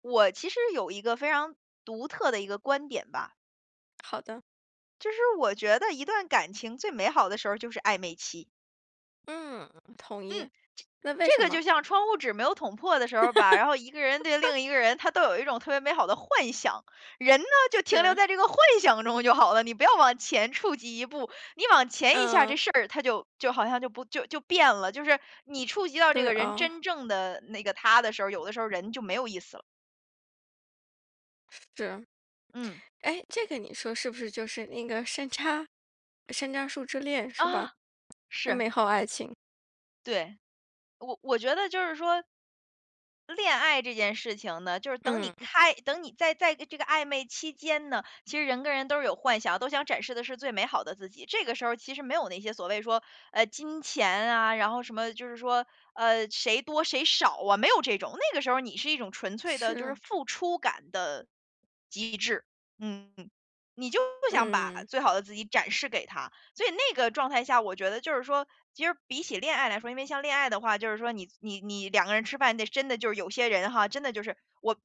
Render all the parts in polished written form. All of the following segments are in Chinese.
我其实有一个非常独特的一个观点吧，好的，就是我觉得一段感情最美好的时候就是暧昧期。嗯，同意。嗯，那为这什个么？就像窗户纸没有捅破的时候吧，然后 一个人对另一个人，他都有一种特别美好的幻想。人呢，就停留是，在这个幻想中就好了，你不要往前触及一步，你往前一下，这嗯，事儿它就好像就不就变了。就是你触及到这对个人哦，真正的那个他的时候，有的时候人就没有意思了。是。嗯，哎，这个你说是不是就是那个山楂树之恋是吧？啊，那是，美好爱情，对。我觉得就是说，恋爱这件事情呢，就是等你嗯，开，等你在这个暧昧期间呢，其实人跟人都是有幻想，都想展示的是最美好的自己。这个时候其实没有那些所谓说，金钱啊，然后什么，就是说，谁多谁少啊，没有这种。那个时候你是一种纯粹的，就是是，付出感的极致。嗯，你就不想把嗯，最好的自己展示给他。所以那个状态下，我觉得就是说，其实比起恋爱来说，因为像恋爱的话，就是说你两个人吃饭，那真的就是有些人哈，真的就是我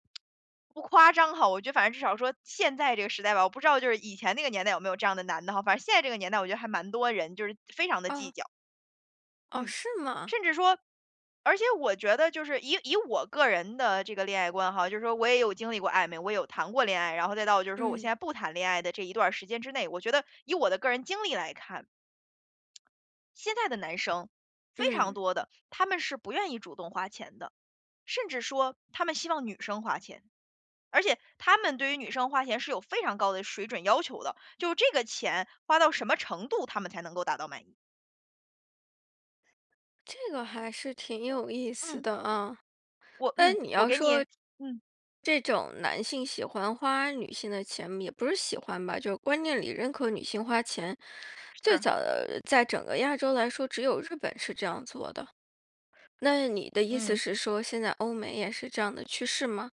不夸张哈，我觉得反正至少说现在这个时代吧，我不知道就是以前那个年代有没有这样的男的哈，反正现在这个年代，我觉得还蛮多人就是非常的计哦较，哦，嗯，是吗？甚至说。而且我觉得，就是以我个人的这个恋爱观哈，就是说我也有经历过暧昧，我也有谈过恋爱，然后再到就是说我现嗯在不谈恋爱的这一段儿时间之内，我觉得以我的个人经历来看，现在的男生非常嗯，多的，他们是不愿意主动花钱的，甚至说他们希望女生花钱，而且他们对于女生花钱是有非常高的水准要求的，就这个钱花到什么程度，他们才能够达到满意。这个还是挺有意思嗯，的啊。我，嗯，但你我要给你，说嗯，这种男性喜欢花女性的钱，也不是喜欢吧，就是观念里认可女性花钱。最是，早的在整个亚洲来说，只有日本是这样做的。那你的意思嗯，是说，现在欧美也是这样的趋势吗？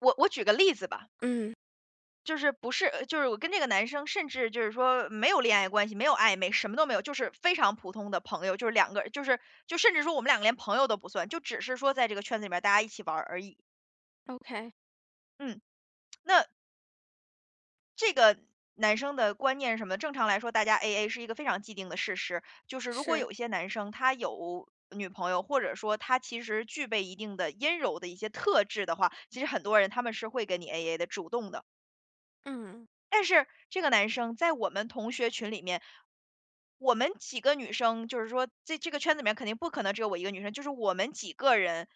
我举个例子吧。嗯就是不是就是我跟这个男生甚至就是说没有恋爱关系，没有暧昧，什么都没有，就是非常普通的朋友，就是两个就是就甚至说我们两个连朋友都不算，就只是说在这个圈子里面大家一起玩儿而已。，OK，嗯，那这个男生的观念什么的正常来说大家 AA 是一个非常既定的事实，就是如果是，有一些男生他有女朋友，或者说他其实具备一定的阴柔的一些特质的话，其实很多人他们是会跟你 AA 的，主动的。嗯，但是这个男生在我们同学群里面，我们几个女生，就是说在这个圈子里面肯定不可能只有我一个女生，就是我们几个人，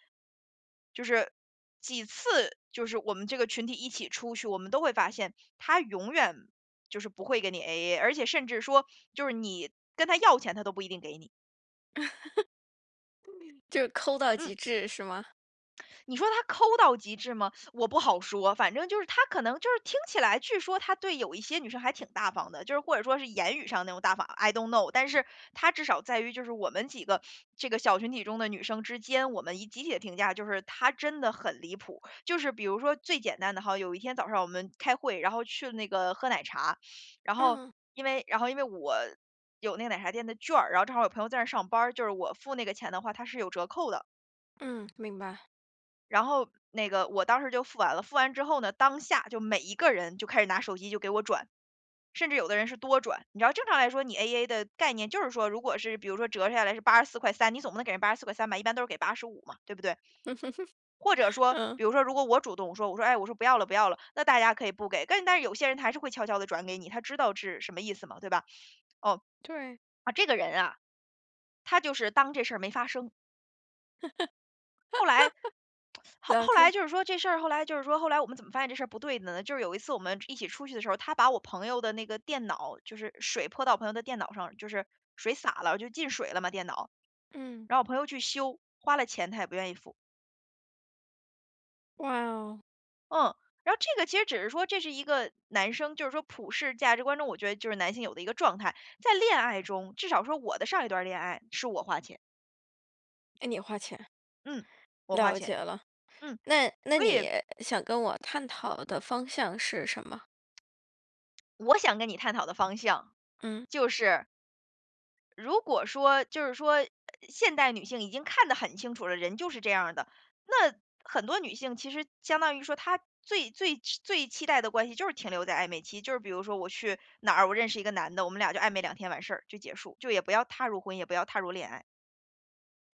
就是几次，就是我们这个群体一起出去，我们都会发现他永远就是不会给你 AA，而且甚至说就是你跟他要钱，他都不一定给你。就是抠到嗯，极致是吗？你说他抠到极致吗？我不好说，反正就是他可能就是听起来，据说他对有一些女生还挺大方的，就是或者说是言语上那种大方，I don't know。但是他至少在于就是我们几个这个小群体中的女生之间，我们一集体的评价就是他真的很离谱。就是比如说最简单的哈，有一天早上我们开会，然后去那个喝奶茶，然后嗯因为我，有那个奶茶店的券儿，然后正好有朋友在那儿上班儿，就是我付那个钱的话，它是有折扣的。嗯，明白。然后那个我当时就付完了，付完之后呢，当下就每一个人就开始拿手机就给我转，甚至有的人是多转。你知道正常来说，你 AA 的概念就是说，如果是比如说折下来是八十四块三，你总不能给人八十四块三吧？一般都是给85嘛，对不对？或者 说，嗯，比如说如果我主动说，我说哎，我说不要了不要了，那大家可以不给，但是有些人他还是会悄悄的转给你，他知道是什么意思嘛，对吧？哦对，啊，这个人啊，他就是当这事儿没发生。后来后了后来解。就是说这事儿后来就是说后来我们怎么发现这事儿不对的呢？就是有一次我们一起出去的时候，他把我朋友的那个电脑，就是水泼到我朋友的电脑上，就是水洒了，就进水了嘛电脑。嗯，然后我朋友去修，花了钱他也不愿意付。哇哦，嗯，然后这个其实只是说这是一个男生，就是说普世价值观中，我觉得就是男性有的一个状态，在恋爱中，至少说我的上一段恋爱是我花钱，哎，你花钱，嗯，我花了解钱，了。嗯，那所以你想跟我探讨的方向是什么？我想跟你探讨的方向嗯，就是如果说就是说，现代女性已经看得很清楚了，人就是这样儿的，那很多女性其实相当于说，她最最最期待的关系就是停留在暧昧期，就是比如说我去哪儿，我认识一个男的，我们俩就暧昧两天完事儿就结束，就也不要踏入婚姻，也不要踏入恋爱。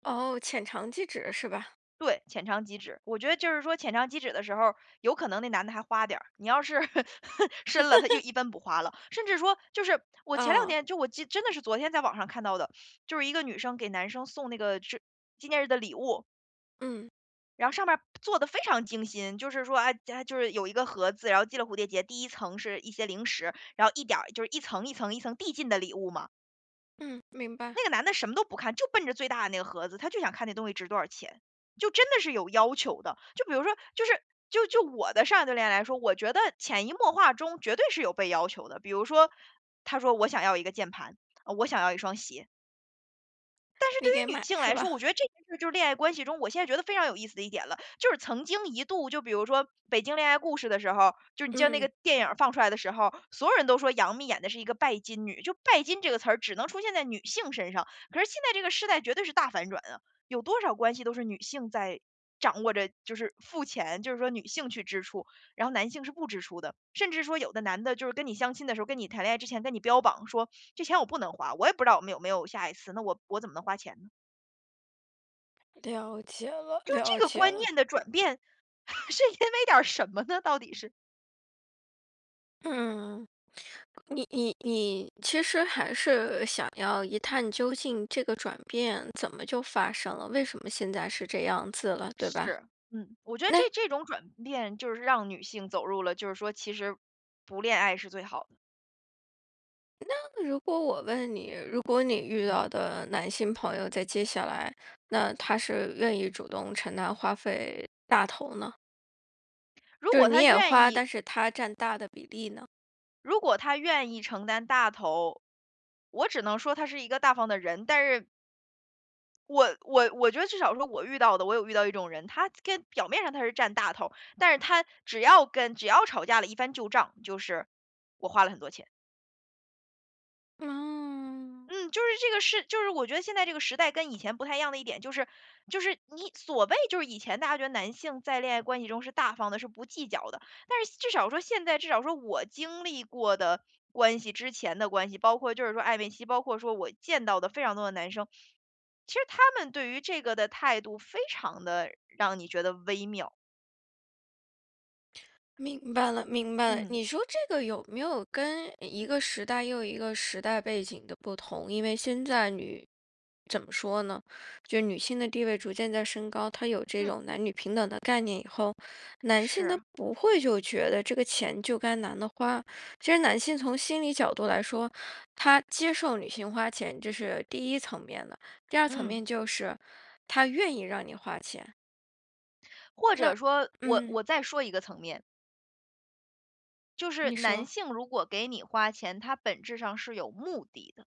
哦，浅尝即止是吧？对，浅尝即止。我觉得就是说浅尝即止的时候，有可能那男的还花点儿，你要是 深了，他就一分不花了。甚至说，就是我前两哦，天就我记，真的是昨天在网上看到的，就是一个女生给男生送那个是纪念日的礼物，嗯然后上面做的非常精心，就是说啊，啊就是有一个盒子，然后系了蝴蝶结，第一层是一些零食，然后一点儿就是一层一层一层递进的礼物嘛。嗯，明白，那个男的什么都不看，就奔着最大的那个盒子，他就想看那东西值多少钱，就真的是有要求的。就比如说，就是我的上一段恋爱来说，我觉得潜移默化中绝对是有被要求的。比如说，他说我想要一个键盘，我想要一双鞋，但是对你给于女买性是来说，我吧？觉得这件事就是恋爱关系中，我现在觉得非常有意思的一点了。就是曾经一度，就比如说《北京恋爱故事》的时候，就是你记那嗯，个电影儿放出来的时候，所有人都说杨幂演的是一个拜金女，就拜金这个词儿只能出现在女性身上。可是现在这个时代绝对是大反转啊，有多少关系都是女性在掌握着，就是付钱，就是说女性去支出，然后男性是不支出的，甚至说有的男的就是跟你相亲的时候，跟你谈恋爱之前跟你标榜说这钱我不能花，我也不知道我们有没有下一次，那我怎么能花钱呢？了解了，就是了这个解观了。念的转变，是因为点儿什么呢？到底是？嗯，你其实还是想要一探究竟，这个转变怎么就发生了？为什么现在是这样子了，对吧？是，嗯，我觉得那这种转变就是让女性走入了，就是说其实不恋爱是最好的。如果我问你，如果你遇到的男性朋友在接下来，那他是愿意主动承担花费大头呢？如就是果你她也愿花，意，但是他占大的比例呢？如果她愿意承担大头，我只能说她是一个大方的人，但是我觉得至少说我遇到的，我有遇到一种人，表面上他是占大头，但是他只要吵架了一翻旧账，就是我花了很多钱。嗯，嗯，就是我觉得现在这个时代跟以前不太一样的一点，就是你所谓就是以前大家觉得男性在恋爱关系中是大方的，是不计较的，但是至少说现在，至少说我经历过的关系，之前的关系，包括就是说暧昧期，包括说我见到的非常多的男生，其实他们对于这个的态度非常的让你觉得微妙。明白了，明白了。嗯，你说这个有没有跟一个时代又一个时代背景的不同？因为现在女怎么说呢？就女性的地位逐渐在升高，她有这嗯，种男女平等的概念以后，男性是，他不会就觉得这个钱就该男的花。其实男性从心理角度来说，他接受女性花钱，这是第一层面的。第二层嗯，面就是他愿意让你花钱。或那，者说我嗯，我再说一个层面，就是你男说。性如果给你花钱，他本质上是有目的的，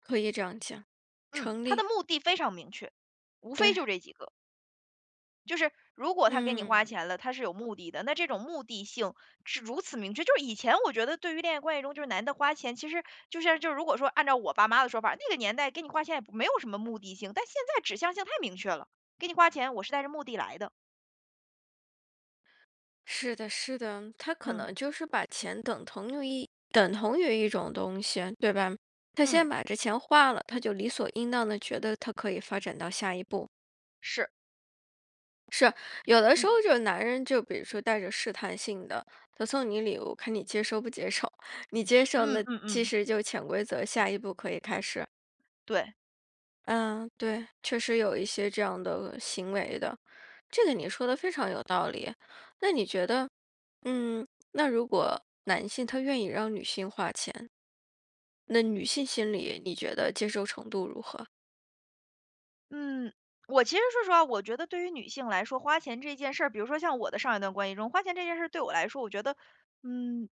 可以这样讲，嗯，成他的立，目的非常明确，无非对，就这几个。就是如果他给你花嗯，钱了，他是有目的的，那这种目的性是如此明确。就是以前我觉得对于恋爱关系中，就是男的花钱，其实就像就如果说按照我爸妈的说法，那个年代给你花钱也不没有什么目的性，但现在指向性太明确了，给你花钱我是带着目的来的。是的，是的，他可嗯能就是把钱等同于一种东西，对吧？他先嗯，把这钱花了，他就理所应当的觉得他可以发展到下一步。是，有的时嗯候，就男人就比如说带着试探性的，他送你礼物，看你接受不接受，你接受嗯那嗯其嗯，实就潜规则，下一步可以开始。对。嗯，对，确实有一些这样的行为的。这个你说的非常有道理。那你觉得，嗯，那如果男性他愿意让女性花钱，那女性心里你觉得接受程度如何？嗯，我其实说实话，我觉得对于女性来说，花钱这件事儿，比如说像我的上一段关系中，花钱这件事儿对我来说，我觉得，嗯，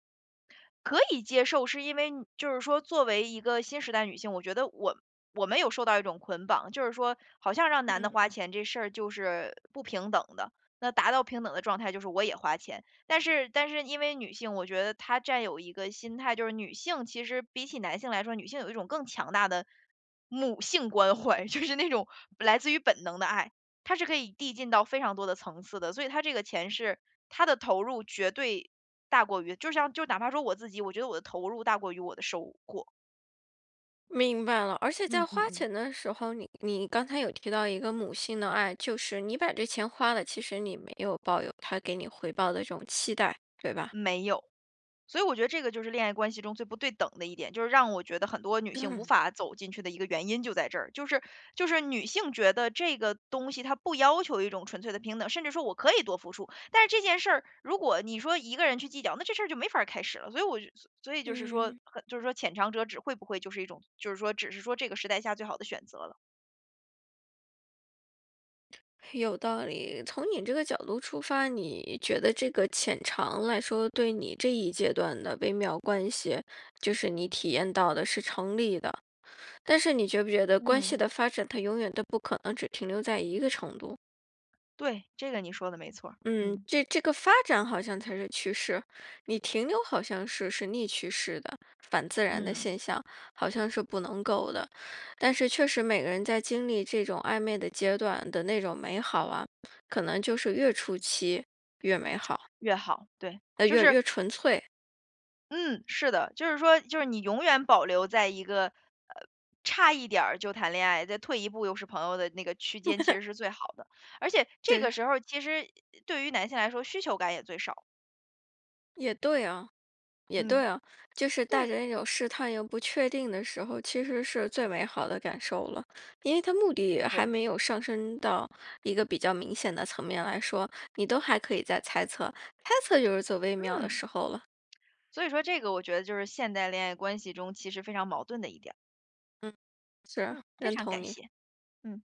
可以接受，是因为就是说作为一个新时代女性，我觉得我们有受到一种捆绑，就是说好像让男的花嗯，钱这事儿就是不平等的。那达到平等的状态就是我也花钱，但是因为女性，我觉得她占有一个心态，就是女性其实比起男性来说，女性有一种更强大的母性关怀，就是那种来自于本能的爱。它是可以递进到非常多的层次的，所以它这个钱是它的投入绝对大过于就哪怕说我自己，我觉得我的投入大过于我的收获。明白了，而且嗯在嗯花嗯。钱的时候，你刚才有提到一个母性的爱，就是你把这钱花了，其实你没有抱有他给你回报的这种期待，对吧？没有。所以我觉得这个就是恋爱关系中最不对等的一点，就是让我觉得很多女性无嗯。法走进去的一个原因就在这儿，就是就是女性觉得这个东西它不要求一种纯粹的平等，甚至说我可以多付出，但是这件事儿如果你说一个人去计较，那这事儿就没法儿开始了。所以我就所以就是说，嗯。就是说浅尝辄止会不会就是一种，就是说只是说这个时代下最好的选择了。有道理。从你这个角度出发，你觉得这个浅尝来说，对你这一阶段的微妙关系，就是你体验到的是成立的。但是你觉不觉得关系嗯，的发展，它永远都不可能只停留在一个程度？对，这个你说的没错儿。嗯，嗯这个发展好像才是趋势，你停留好像是逆趋势的，反自然的嗯，现象，好像是不能够的。但是确实每个人在经历这种暧昧的阶段的那种美好啊，可能就是越初期越美好，越好，对，就越是越纯粹。嗯，是的，就是说，就是你永远保留在一个呃差一点儿就谈恋爱，再退一步又是朋友的那个区间，其实是最好的。而且这个这时候，其实对于男性来说，需求感也最少。也对啊。也嗯，对啊，就是带对着那种试探又不确定的时候，其实是最美好的感受了，因为它目的还对，没有上升到一个比较明显的层面来说，你都还可以再猜测，猜测就是最微妙的嗯，时候了。所以说这个我觉得就是现代恋爱关系中其实非常矛盾的一点儿。是，嗯，非认常同感你。谢。嗯。